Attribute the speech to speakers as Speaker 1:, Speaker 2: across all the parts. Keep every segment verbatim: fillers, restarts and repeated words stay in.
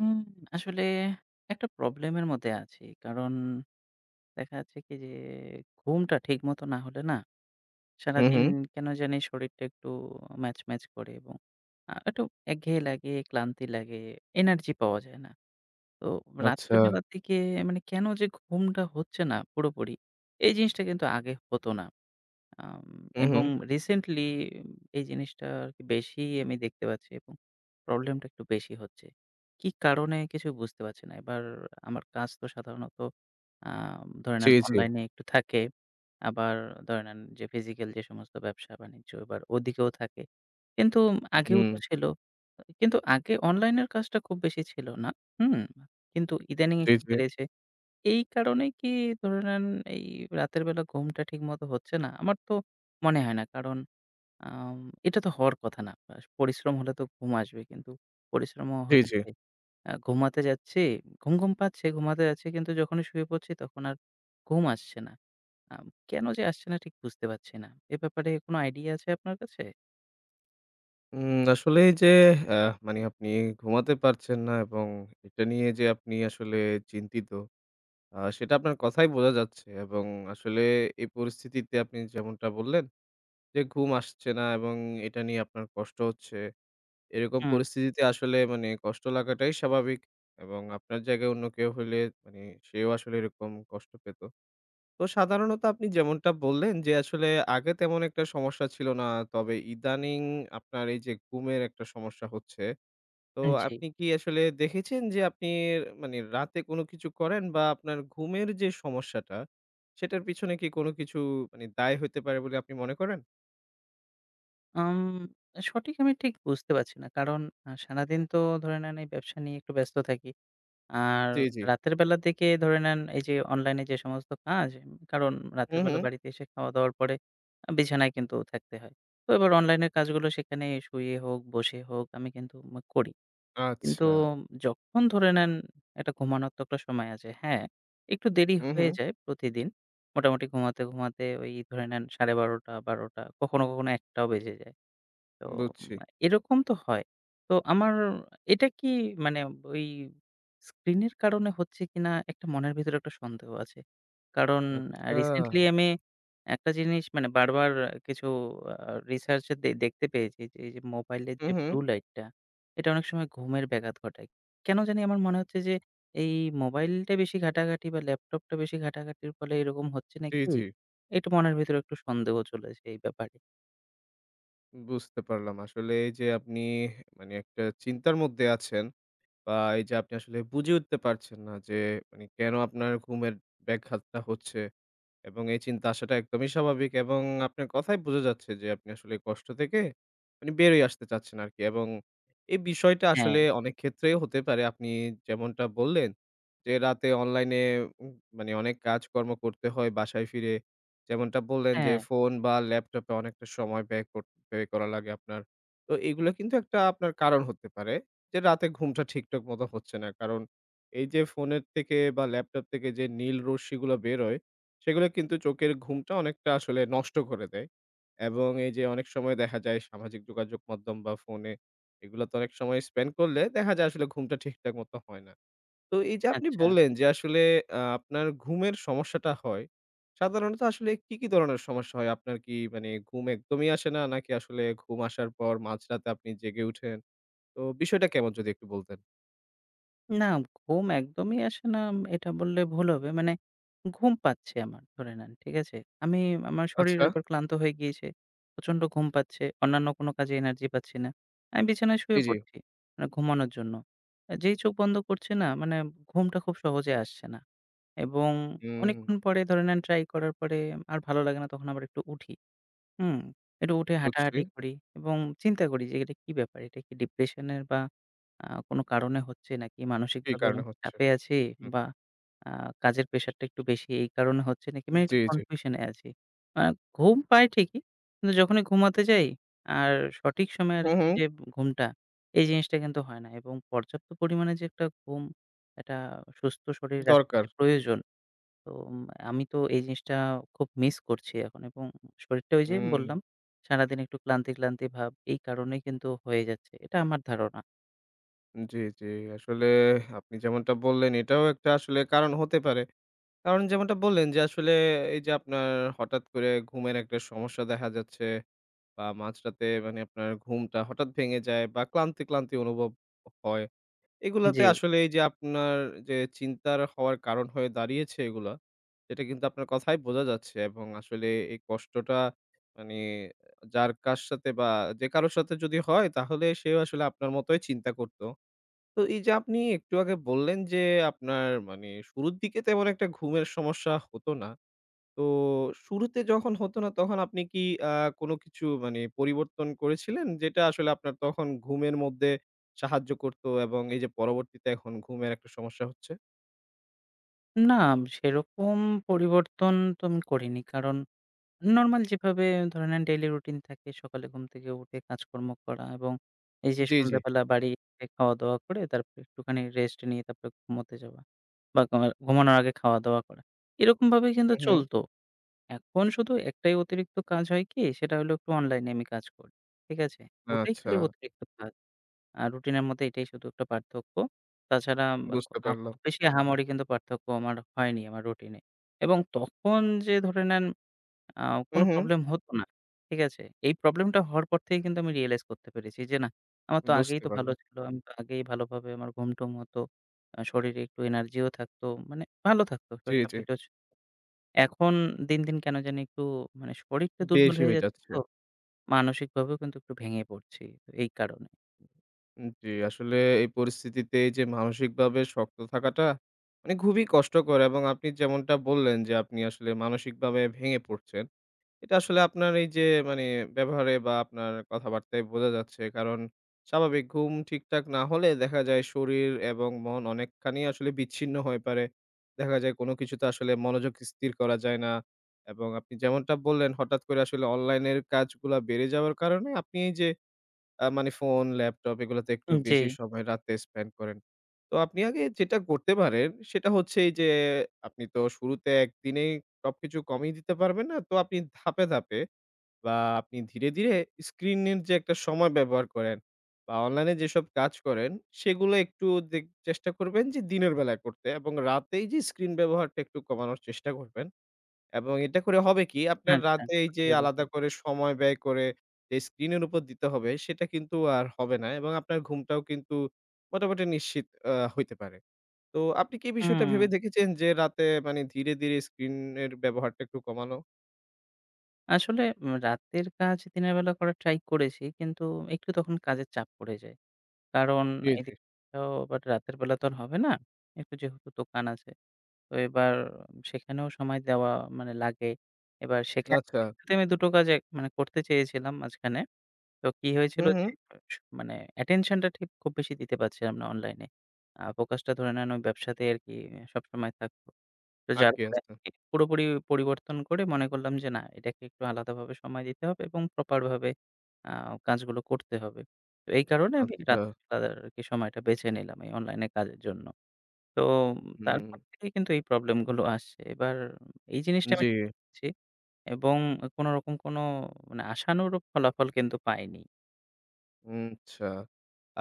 Speaker 1: উম আসলে একটা প্রবলেমের মধ্যে আছি। কারণ দেখা যাচ্ছে কি যে ঘুমটা ঠিকমতো না হলে না
Speaker 2: হু, হু।
Speaker 1: সারাদিন কেন জানি শরীরটা একটু ম্যাচ, ম্যাচ করে এবং আ একটু একঘেয়ে লাগে, ক্লান্তি লাগে, এনার্জি পাওয়া যায় না। তো রাতের
Speaker 2: আচ্ছা।
Speaker 1: বেলার দিকে মানে কেন যে ঘুমটা হচ্ছে না পুরোপুরি, এই জিনিসটা কিন্তু আগে হতো না। আম
Speaker 2: হু, হু।
Speaker 1: এবং রিসেন্টলি এই জিনিসটা আরকি বেশি আমি দেখতে পাচ্ছি এবং প্রবলেমটা একটু বেশি হচ্ছে। কি কারণে কিছু বুঝতে পারছি না। এবার আমার কাজ তো সাধারণত আম ধরে
Speaker 2: জি,
Speaker 1: নেন
Speaker 2: জি।
Speaker 1: অনলাইনে একটু থাকে। আবার ধরে নেন যে ফিজিক্যাল যে সমস্ত ব্যবসা-বাণিজ্য এবার ওদিকেও থাকে। কিন্তু আগেও
Speaker 2: হুম।
Speaker 1: তো ছিল। কিন্তু আগে অনলাইনের কাজটা খুব বেশি ছিল না। হুম? কিন্তু ইদানিং
Speaker 2: জি,
Speaker 1: একটু
Speaker 2: জি।
Speaker 1: বেড়েছে। এই কারণেই কি ধরে নেন এই রাতের বেলা ঘুমটা ঠিকমতো হচ্ছে না? আমার তো মনে হয় না। কারণ আম এটা তো হওয়ার কথা না। আস পরিশ্রম হলে তো ঘুম আসবে। কিন্তু পরিশ্রমও
Speaker 2: জি, জি।
Speaker 1: হচ্ছে। আ ঘুমাতে যাচ্ছি, ঘুম, ঘুম পাচ্ছে, ঘুমাতে যাচ্ছি কিন্তু যখনই শুয়ে পড়ছি তখন আর ঘুম আসছে না। আম কেন যে আসছে না ঠিক বুঝতে পারছি না। এ ব্যাপারে কোনো আইডিয়া আছে আপনার কাছে?
Speaker 2: উম আসলে এই যে আ মানে আপনি ঘুমাতে পারছেন না এবং এটা নিয়ে যে আপনি আসলে চিন্তিত আ সেটা আপনার কথায় বোঝা যাচ্ছে এবং আসলে এই পরিস্থিতিতে আপনি যেমনটা বললেন যে ঘুম আসছে না এবং এটা নিয়ে আপনার কষ্ট হচ্ছে। এরকম
Speaker 1: হুম,
Speaker 2: পরিস্থিতিতে আসলে মানে কষ্ট লাগাটাই স্বাভাবিক এবং আপনার জায়গায় অন্য কেউ হইলে মানে সেও আসলে এরকম কষ্ট পেত। তো সাধারণত আপনি যেমনটা বললেন যে, আসলে আগে তেমন একটা সমস্যা ছিল না। তবে ইদানিং আপনার এই যে ঘুমের একটা সমস্যা হচ্ছে। তো
Speaker 1: জি।
Speaker 2: আপনি কি আসলে দেখেছেন যে আপনি মানে রাতে কোনো কিছু করেন বা আপনার ঘুমের যে সমস্যাটা, সেটার পিছনে কি কোনো কিছু মানে দায় হইতে পারে বলে আপনি মনে করেন?
Speaker 1: আম সঠিক আমি ঠিক বুঝতে পারছি না। কারণ আ সারাদিন তো ধরে নেন এই ব্যবসা নিয়ে একটু ব্যস্ত থাকি। আর
Speaker 2: জি, জি।
Speaker 1: রাতের বেলার দিকে ধরে নেন এই যে অনলাইনে যে সমস্ত কাজ, কারণ রাতের
Speaker 2: হু, হু।
Speaker 1: বেলা বাড়িতে এসে খাওয়া-দাওয়ার পরে আ বিছানায় কিন্তু থাকতে হয়। তো এবার অনলাইনের কাজগুলো সেখানে শুয়ে হোক, বসে হোক আমি কিন্তু ম করি। কিন্তু
Speaker 2: আচ্ছা।
Speaker 1: যখন ধরে নেন একটা ঘুমানোর তো একটা সময় আছে, হ্যাঁ? একটু দেরি
Speaker 2: হু, হু।
Speaker 1: হয়ে যায় প্রতিদিন। মোটামুটি ঘুমাতে, ঘুমাতে ওই ধরে নেন সাড়ে বারোটা, বারোটা, বারোটা, কখনো, কখনো একটা টাও বেজে যায়। তো উম,
Speaker 2: বুঝছি।
Speaker 1: এরকম তো হয়। তো আমার এটা কি মানে ওই স্ক্রিনের কারণে হচ্ছে কিনা একটা মনের ভিতরে একটা সন্দেহ আছে। কারণ আ
Speaker 2: আচ্ছা।
Speaker 1: রিসেন্টলি আমি একটা জিনিস মানে বারবার কিছু আ রিসার্চ এ দে দেখতে পেয়েছি যে এই যে মোবাইলের
Speaker 2: হু,
Speaker 1: যে
Speaker 2: হু।
Speaker 1: ব্লু লাইটটা এটা অনেক সময় ঘুমের ব্যাঘাত ঘটায়। কেন জানি আমার মনে হচ্ছে যে এই মোবাইলটা বেশি ঘাটাঘাটি বা ল্যাপটপটা বেশি ঘাটাঘাটির ফলে এরকম হচ্ছে
Speaker 2: জি,
Speaker 1: নাকি?
Speaker 2: জি।
Speaker 1: একটু মনের ভিতরে একটু সন্দেহ চলেছে এই ব্যাপারে।
Speaker 2: বুঝতে পারলাম। আসলে এই যে আপনি মানে একটা চিন্তার মধ্যে আছেন। বা এই যে আপনি আসলে বুঝে উঠতে পারছেন না যে, মানে কেন আপনার ঘুমের ব্যাঘাতটা হচ্ছে। এবং এই চিন্তা আসাটা একদমই স্বাভাবিক এবং আপনার কথায় বোঝা যাচ্ছে যে আপনি আসলে এই কষ্ট থেকে মানে বেরিয়ে আসতে চাচ্ছেন আরকি এবং এই বিষয়টা
Speaker 1: হ্যাঁ,
Speaker 2: আসলে অনেক ক্ষেত্রেই হতে পারে। আপনি যেমনটা বললেন যে রাতে অনলাইনে উম মানে অনেক কাজকর্ম করতে হয় বাসায় ফিরে। যেমনটা বললেন যে
Speaker 1: হ্যাঁ,
Speaker 2: ফোন বা ল্যাপটপে অনেকটা সময় ব্যয় কর ব্যয় করা লাগে আপনার। তো এগুলো কিন্তু একটা আপনার কারণ হতে পারে যে রাতে ঘুমটা ঠিকঠাক মতো হচ্ছে না। কারণ এই যে ফোনের থেকে বা ল্যাপটপ থেকে যে নীল রশ্মিগুলো বেরোয় সেগুলো কিন্তু চোখের ঘুমটা অনেকটা আসলে নষ্ট করে দেয়। এবং এই যে অনেক সময় দেখা যায় সামাজিক যোগাযোগ মাধ্যম বা ফোনে এগুলোতে অনেক সময় স্পেন্ড করলে দেখা যায় আসলে ঘুমটা ঠিকঠাক মতো হয় না। তো এই যে আপনি
Speaker 1: আচ্ছা।
Speaker 2: বললেন যে আসলে আ আপনার ঘুমের সমস্যাটা হয়। সাধারণত আসলে কি, কি ধরনের সমস্যা হয়? আপনার কি মানে ঘুম একদমই আসে না? নাকি আসলে ঘুম আসার পর মাঝরাতে আপনি জেগে উঠেন? তো বিষয়টা কেমন যদি একটু বলতেন?
Speaker 1: না, ঘুম একদমই আসে না এটা বললে ভুল হবে। মানে ঘুম পাচ্ছে আমার ধরে নেন, ঠিক আছে? আমি আমার শরীর
Speaker 2: আচ্ছা।
Speaker 1: এবার ক্লান্ত হয়ে গিয়েছে। প্রচন্ড ঘুম পাচ্ছে। অন্যান্য কোনো কাজে এনার্জি পাচ্ছি না। আমি বিছানায়
Speaker 2: জি,
Speaker 1: শুয়ে
Speaker 2: জি।
Speaker 1: পড়ছি মানে ঘুমানোর জন্য। আ যেই চোখ বন্ধ করছি না মানে ঘুমটা খুব সহজে আসছে না এবং
Speaker 2: হুম,
Speaker 1: অনেকক্ষণ পরে ধরে নেন ট্রাই করার পরে আর ভালো লাগে না তখন আবার একটু উঠি। হুম, একটু উঠে
Speaker 2: বুঝছি।
Speaker 1: হাঁটাহাঁটি করি এবং চিন্তা করি যে এটা কি ব্যাপার? এটা কি ডিপ্রেশনের বা আ কোনো কারণে হচ্ছে নাকি
Speaker 2: কি
Speaker 1: মানসিকভাবে
Speaker 2: কারণে
Speaker 1: অনেক
Speaker 2: হচ্ছে?
Speaker 1: চাপে আছি
Speaker 2: হুম।
Speaker 1: বা আ কাজের প্রেশারটা একটু বেশি এই কারণে হচ্ছে নাকি মানে
Speaker 2: জি,
Speaker 1: একটু
Speaker 2: জি।
Speaker 1: কনফিউশন এ আছি। আ ঘুম পাই ঠিকই কিন্তু যখনই ঘুমাতে যাই আর সঠিক সময়ে
Speaker 2: হুম,
Speaker 1: আরকি
Speaker 2: হুম।
Speaker 1: যে ঘুমটা এই জিনিসটা কিন্তু হয় না এবং পর্যাপ্ত পরিমাণে যে একটা ঘুম একটা সুস্থ শরীর রাখতে
Speaker 2: দরকার।
Speaker 1: যে প্রয়োজন। তো উম আমি তো এই জিনিসটা খুব মিস করছি এখন এবং শরীরটা ওই যে
Speaker 2: হুম,
Speaker 1: বললাম, সারাদিন একটু ক্লান্তি, ক্লান্তি ভাব এই কারণেই কিন্তু হয়ে যাচ্ছে। এটা আমার ধারণা।
Speaker 2: জি, জি। আসলে আপনি যেমনটা বললেন এটাও একটা আসলে কারণ হতে পারে। কারণ যেমনটা বললেন যে আসলে এই যে আপনার হঠাৎ করে ঘুমের একটা সমস্যা দেখা যাচ্ছে বা মাঝরাতে মানে আপনার ঘুমটা হঠাৎ ভেঙে যায় বা ক্লান্তি, ক্লান্তি অনুভব হয়। এগুলাতে
Speaker 1: জি।
Speaker 2: আসলে এই যে আপনার যে চিন্তার হওয়ার কারণ হয়ে দাঁড়িয়েছে এগুলা, এটা কিন্তু আপনার কথায় বোঝা যাচ্ছে এবং আসলে এই কষ্টটা মানে যার কার সাথে বা যে কারো সাথে যদি হয় তাহলে সেও আসলে আপনার মতোই চিন্তা করত। তো এই যে আপনি একটু আগে বললেন যে, আপনার মানে শুরুর দিকে তেমন একটা ঘুমের সমস্যা হতো না। তো শুরুতে যখন হতো না তখন আপনি কি আ কোনো কিছু মানে পরিবর্তন করেছিলেন? যেটা আসলে আপনার তখন ঘুমের মধ্যে সাহায্য করত এবং এই যে পরবর্তীতে এখন ঘুমের একটা সমস্যা হচ্ছে?
Speaker 1: না, সেরকম পরিবর্তন তো আমি করিনি। কারণ নরমাল যেভাবে ধরে নেন ডেইলি রুটিন থাকে সকালে ঘুম থেকে উঠে কাজকর্ম করা এবং এই যে
Speaker 2: জি, জি।
Speaker 1: সন্ধ্যাবেলা বাড়ি এসে খাওয়া-দাওয়া করে তারপর একটুখানি রেস্ট নিয়ে তারপরে ঘুমোতে যাওয়া বা ঘুমা ঘুমানোর আগে খাওয়া-দাওয়া করা। এরকমভাবেই কিন্তু
Speaker 2: হু, হু।
Speaker 1: চলতো। এখন শুধু একটাই অতিরিক্ত কাজ হয় কি? সেটা হলো একটু অনলাইনে আমি কাজ করি। ঠিক আছে? ওটাই
Speaker 2: আচ্ছা,
Speaker 1: খালি অতিরিক্ত কাজ। আর রুটিনের মধ্যে এটাই শুধু একটা পার্থক্য। তাছাড়া বা খু
Speaker 2: বুঝতে
Speaker 1: আ
Speaker 2: পারলাম।
Speaker 1: খুব বেশি আহামরি কিন্তু পার্থক্য আমার হয়নি আমার রুটিনে। এবং তখন যে ধরে নেন আ
Speaker 2: হু,
Speaker 1: কোনো
Speaker 2: হু।
Speaker 1: প্রবলেম হতো না। ঠিক আছে? এই প্রবলেমটা হওয়ার পর থেকেই কিন্তু আমি রিয়ালাইজ করতে পেরেছি যে না, আমার তো আগেই
Speaker 2: বুঝতে
Speaker 1: তো ভালো
Speaker 2: পারলাম।
Speaker 1: ছিল। আমি তো আগেই ভালোভাবে আমার ঘুম-টুম হতো। আ শরীরে একটু এনার্জিও থাকতো। মানে ভালো থাকতো।
Speaker 2: জি,
Speaker 1: পেট
Speaker 2: জি।
Speaker 1: এখন দিন, দিন কেন জানি একটু মানে শরীরটা দুর্বল
Speaker 2: বেশি
Speaker 1: হয়ে
Speaker 2: হয়ে
Speaker 1: যাচ্ছে
Speaker 2: যাচ্ছে।
Speaker 1: তো, মানসিকভাবেও কিন্তু একটু ভেঙে পড়ছি। তো এই কারণে।
Speaker 2: উম জি, আসলে এই পরিস্থিতিতে এই যে মানসিকভাবে শক্ত থাকাটা মানে খুবই কষ্টকর এবং আপনি যেমনটা বললেন যে আপনি আসলে মানসিকভাবে ভেঙে পড়ছেন। এটা আসলে আপনার এই যে মানে ব্যবহারে বা আপনার কথাবার্তায় বোঝা যাচ্ছে। কারণ স্বাভাবিক ঘুম ঠিকঠাক না হলে দেখা যায় শরীর এবং মন অনেকখানি আসলে বিচ্ছিন্ন হয়ে পড়ে। দেখা যায় কোনো কিছুতে আসলে মনোযোগ স্থির করা যায় না। এবং আপনি যেমনটা বললেন হঠাৎ করে আসলে অনলাইনের কাজগুলা বেড়ে যাওয়ার কারণে আপনি এই যে আ মানে ফোন, ল্যাপটপ এগুলাতে একটু
Speaker 1: জি,
Speaker 2: বেশি সময় রাতে স্পেন্ড করেন। তো আপনি আগে যেটা করতে পারেন সেটা হচ্ছে এই যে আপনি তো শুরুতে একদিনেই সবকিছু কমিয়ে দিতে পারবেন না। তো আপনি ধাপে, ধাপে বা আপনি ধীরে, ধীরে স্ক্রিনের যে একটা সময় ব্যবহার করেন বা অনলাইনে যেসব কাজ করেন সেগুলো একটু দেক চেষ্টা করবেন যে দিনের বেলায় করতে এবং রাতেই যে স্ক্রিন ব্যবহারটা একটু কমানোর চেষ্টা করবেন। এবং এটা করে হবে কি? আপনার
Speaker 1: আচ্ছা,
Speaker 2: রাতে এই
Speaker 1: বুঝতে
Speaker 2: যে
Speaker 1: পেরেছি।
Speaker 2: আলাদা করে সময় ব্যয় করে যে স্ক্রিনের উপর দিতে হবে, সেটা কিন্তু আর হবে না এবং আপনার ঘুমটাও কিন্তু মোটামুটি নিশ্চিত আ হইতে পারে। তো আপনি কি এই বিষয়টা
Speaker 1: হুম,
Speaker 2: ভেবে দেখেছেন যে রাতে মানে ধীরে, ধীরে স্ক্রিনের ব্যবহারটা একটু কমানো?
Speaker 1: আসলে উম রাতের কাজ দিনের বেলা করার ট্রাই করেছি কিন্তু একটু তখন কাজের চাপ পড়ে যায়। কারণ
Speaker 2: জি, জি।
Speaker 1: এদিকেও আবার রাতের বেলা তো আর হবে না। একটু যেহেতু দোকান আছে। তো এবার সেখানেও সময় দেওয়া মানে লাগে। এবার সেখানে
Speaker 2: আচ্ছা।
Speaker 1: আমি দুটো কাজ এক মানে করতে চেয়েছিলাম মাঝখানে। তো কি হয়েছিল
Speaker 2: হুম,
Speaker 1: যে
Speaker 2: হুম।
Speaker 1: মানে attention টা ঠিক খুব বেশি দিতে পারছিলাম না অনলাইনে। আ ফোকাসটা ধরে নেন ওই ব্যবসাতেই আরকি সবসময় থাকতো। তো যার
Speaker 2: আটকে
Speaker 1: ফলে
Speaker 2: আছে।
Speaker 1: আরকি পুরোপুরি পরিবর্তন করে মনে করলাম যে না এটাকে একটু আলাদাভাবে সময় দিতে হবে এবং প্রপার ভাবে আ কাজগুলো করতে হবে। তো এই কারণে আমি
Speaker 2: আচ্ছা।
Speaker 1: রাতের বেলার আরকি সময়টা বেছে নিলাম এই অনলাইনে কাজের জন্য। তো
Speaker 2: হুম,
Speaker 1: তারপর থেকেই কিন্তু এই প্রবলেম গুলো আসছে। এবার এই জিনিসটা আমি
Speaker 2: জি।
Speaker 1: ছি এবং কোনরকম কোনো মানে আশানুরূপ ফলাফল কিন্তু পাইনি।
Speaker 2: উম আচ্ছা।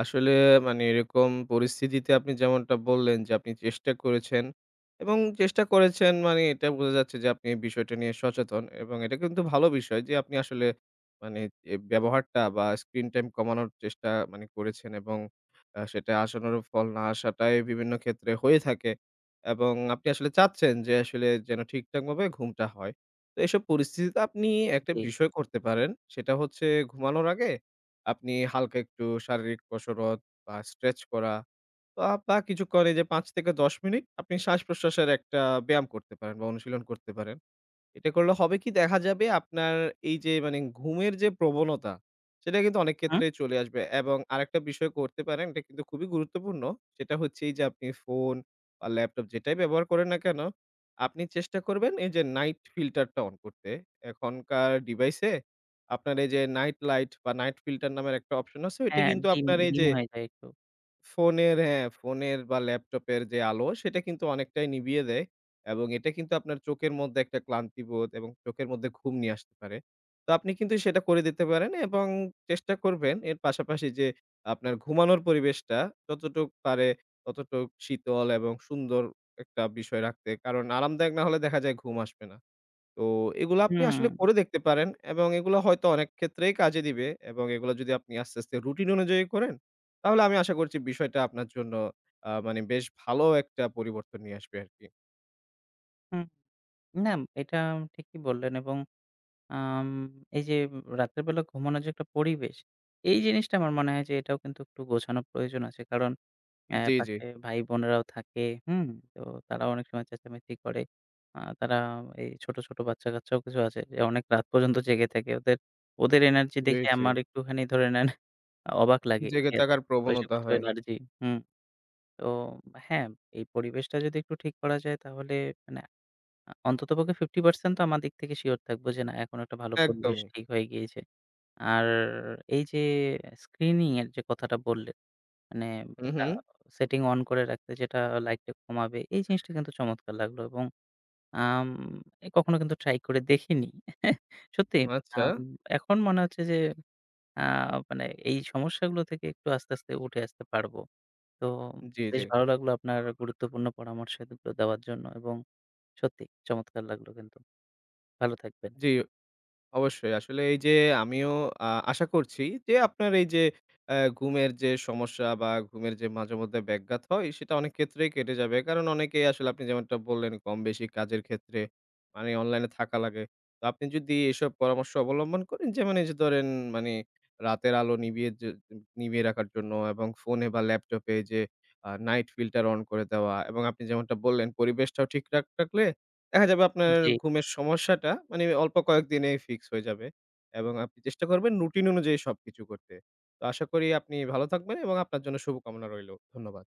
Speaker 2: আসলে মানে এরকম পরিস্থিতিতে আপনি যেমনটা বললেন যে, আপনি চেষ্টা করেছেন এবং চেষ্টা করেছেন মানে এটা বোঝা যাচ্ছে যে, আপনি এই বিষয়টা নিয়ে সচেতন এবং এটা কিন্তু ভালো বিষয় যে, আপনি আসলে মানে এ ব্যবহারটা বা স্ক্রিন টাইম কমানোর চেষ্টা মানে করেছেন এবং আ সেটা আশানুরূপ ফল না আসাটাই বিভিন্ন ক্ষেত্রে হয়ে থাকে এবং আপনি আসলে চাচ্ছেন যে, আসলে যেন ঠিকঠাকভাবে ঘুমটা হয়। তো এসব পরিস্থিতিতে আপনি একটা
Speaker 1: জি।
Speaker 2: বিষয় করতে পারেন। সেটা হচ্ছে ঘুমানোর আগে আপনি হালকা একটু শারীরিক কসরত বা স্ট্রেচ করা বা বা কিছুক্ষণ এই যে পাঁচ থেকে দশ মিনিট আপনি শ্বাস-প্রশ্বাসের একটা ব্যায়াম করতে পারেন বা অনুশীলন করতে পারেন। এটা করলে হবে কি দেখা যাবে আপনার এই যে মানে ঘুমের যে প্রবণতা, সেটা কিন্তু অনেক
Speaker 1: হুম?
Speaker 2: ক্ষেত্রেই চলে আসবে এবং আরেকটা বিষয় করতে পারেন, এটা কিন্তু খুবই গুরুত্বপূর্ণ। সেটা হচ্ছে এই যে আপনি ফোন বা ল্যাপটপ যেটাই ব্যবহার করেন না কেন, আপনি চেষ্টা করবেন এই যে নাইট ফিল্টারটা অন করতে। এখনকার ডিভাইসে আপনার এই যে নাইট লাইট বা নাইট ফিল্টার নামের একটা অপশন আছে। ওইটা
Speaker 1: হ্যাঁ,
Speaker 2: কিন্তু
Speaker 1: ডিম,
Speaker 2: আপনার এই
Speaker 1: ডিম
Speaker 2: যে
Speaker 1: হয়ে যায় একটু।
Speaker 2: ফোনের হ্যাঁ, ফোনের বা ল্যাপটপের যে আলো সেটা কিন্তু অনেকটাই নিভিয়ে দেয় এবং এটা কিন্তু আপনার চোখের মধ্যে একটা ক্লান্তিবোধ এবং চোখের মধ্যে ঘুম নিয়ে আসতে পারে। তো আপনি কিন্তু সেটা করে দিতে পারেন এবং চেষ্টা করবেন এর পাশাপাশি যে আপনার ঘুমানোর পরিবেশটা যতটুক পারে ততটুক শীতল এবং সুন্দর একটা বিষয় রাখতে। কারণ আরামদায়ক না হলে দেখা যায় ঘুম আসবে না। তো এগুলো আপনি
Speaker 1: হুম,
Speaker 2: আসলে করে দেখতে পারেন এবং এগুলো হয়তো অনেক ক্ষেত্রেই কাজে দিবে এবং এগুলো যদি আপনি আস্তে, আস্তে রুটিন অনুযায়ী করেন, তাহলে আমি আশা করছি বিষয়টা আপনার জন্য আ মানে বেশ ভালো একটা পরিবর্তন নিয়ে আসবে আরকি।
Speaker 1: হুম। না, এটা ঠিকই বললেন এবং আম এই যে রাতের বেলা ঘুমানোর যে একটা পরিবেশ, এই জিনিসটা আমার মনে হয় যে এটাও কিন্তু একটু গোছানো প্রয়োজন আছে। কারণ অ্যা
Speaker 2: জি, জি,
Speaker 1: পাশে ভাই-বোনেরাও থাকে, হুম? তো তারাও অনেক সময় চেঁচামেচি করে। আ তারা এই ছোট, ছোট বাচ্চা-কাচ্চাও কিছু আছে যে অনেক রাত পর্যন্ত জেগে থাকে। ওদের, ওদের এনার্জি
Speaker 2: জি,
Speaker 1: দেখে
Speaker 2: জি।
Speaker 1: আমার একটুখানি ধরে নেন অবাক লাগে যে
Speaker 2: জেগে
Speaker 1: এত
Speaker 2: থাকার
Speaker 1: বয়সে
Speaker 2: প্রবণতা
Speaker 1: কত
Speaker 2: হয়।
Speaker 1: এনার্জি। হুম। তো হ্যাঁ, এই পরিবেশটা যদি একটু ঠিক করা যায় তাহলে মানে আ অন্ততপক্ষে পঞ্চাশ পার্সেন্ট তো আমার দিক থেকে সিওর থাকবো যে না, এখন একটা ভালো, হুম, পরিবেশ
Speaker 2: একদমই।
Speaker 1: ঠিক হয়ে গিয়েছে। আর এই যে স্ক্রিনিং এর যে কথাটা বললেন, মানে
Speaker 2: হু,
Speaker 1: একটা
Speaker 2: হু।
Speaker 1: সেটিং অন করে রাখতে যেটা লাইটটা কমাবে এই জিনিসটা কিন্তু চমৎকার লাগলো এবং আম এ কখনো কিন্তু ট্রাই করে দেখিনি। সত্যি
Speaker 2: আচ্ছা।
Speaker 1: আম এখন মনে হচ্ছে যে আ মানে এই সমস্যাগুলো থেকে একটু আস্তে, আস্তে উঠে আসতে পারবো। তো
Speaker 2: জি, জি।
Speaker 1: বেশ ভালো লাগলো আপনার গুরুত্বপূর্ণ পরামর্শ এগুলো দেওয়ার জন্য এবং সত্যি চমৎকার লাগলো কিন্তু। ভালো থাকবেন।
Speaker 2: জি। অবশ্যই। আসলে এই যে আমিও আ আশা করছি যে আপনার এই যে অ্যা ঘুমের যে সমস্যা বা ঘুমের যে মাঝেমধ্যে ব্যাঘাত হয় সেটা অনেক ক্ষেত্রেই কেটে যাবে। কারণ অনেকেই আসলে আপনি যেমনটা বললেন কম বেশি কাজের ক্ষেত্রে মানে অনলাইনে থাকা লাগে। তো আপনি যদি এসব পরামর্শ অবলম্বন করেন যেমন এই যে ধরেন মানে রাতের আলো নিভিয়ে যে নিভিয়ে রাখার জন্য এবং ফোনে বা ল্যাপটপে যে আ নাইট ফিল্টার অন করে দেওয়া এবং আপনি যেমনটা বললেন পরিবেশটাও ঠিক রাখ রাখলে দেখা যাবে আপনার
Speaker 1: জি।
Speaker 2: ঘুমের সমস্যাটা মানে অল্প কয়েকদিনেই ফিক্স হয়ে যাবে এবং আপনি চেষ্টা করবেন রুটিন অনুযায়ী সবকিছু করতে। তো আশা করি আপনি ভালো থাকবেন এবং আপনার জন্য শুভকামনা রইলো। ধন্যবাদ।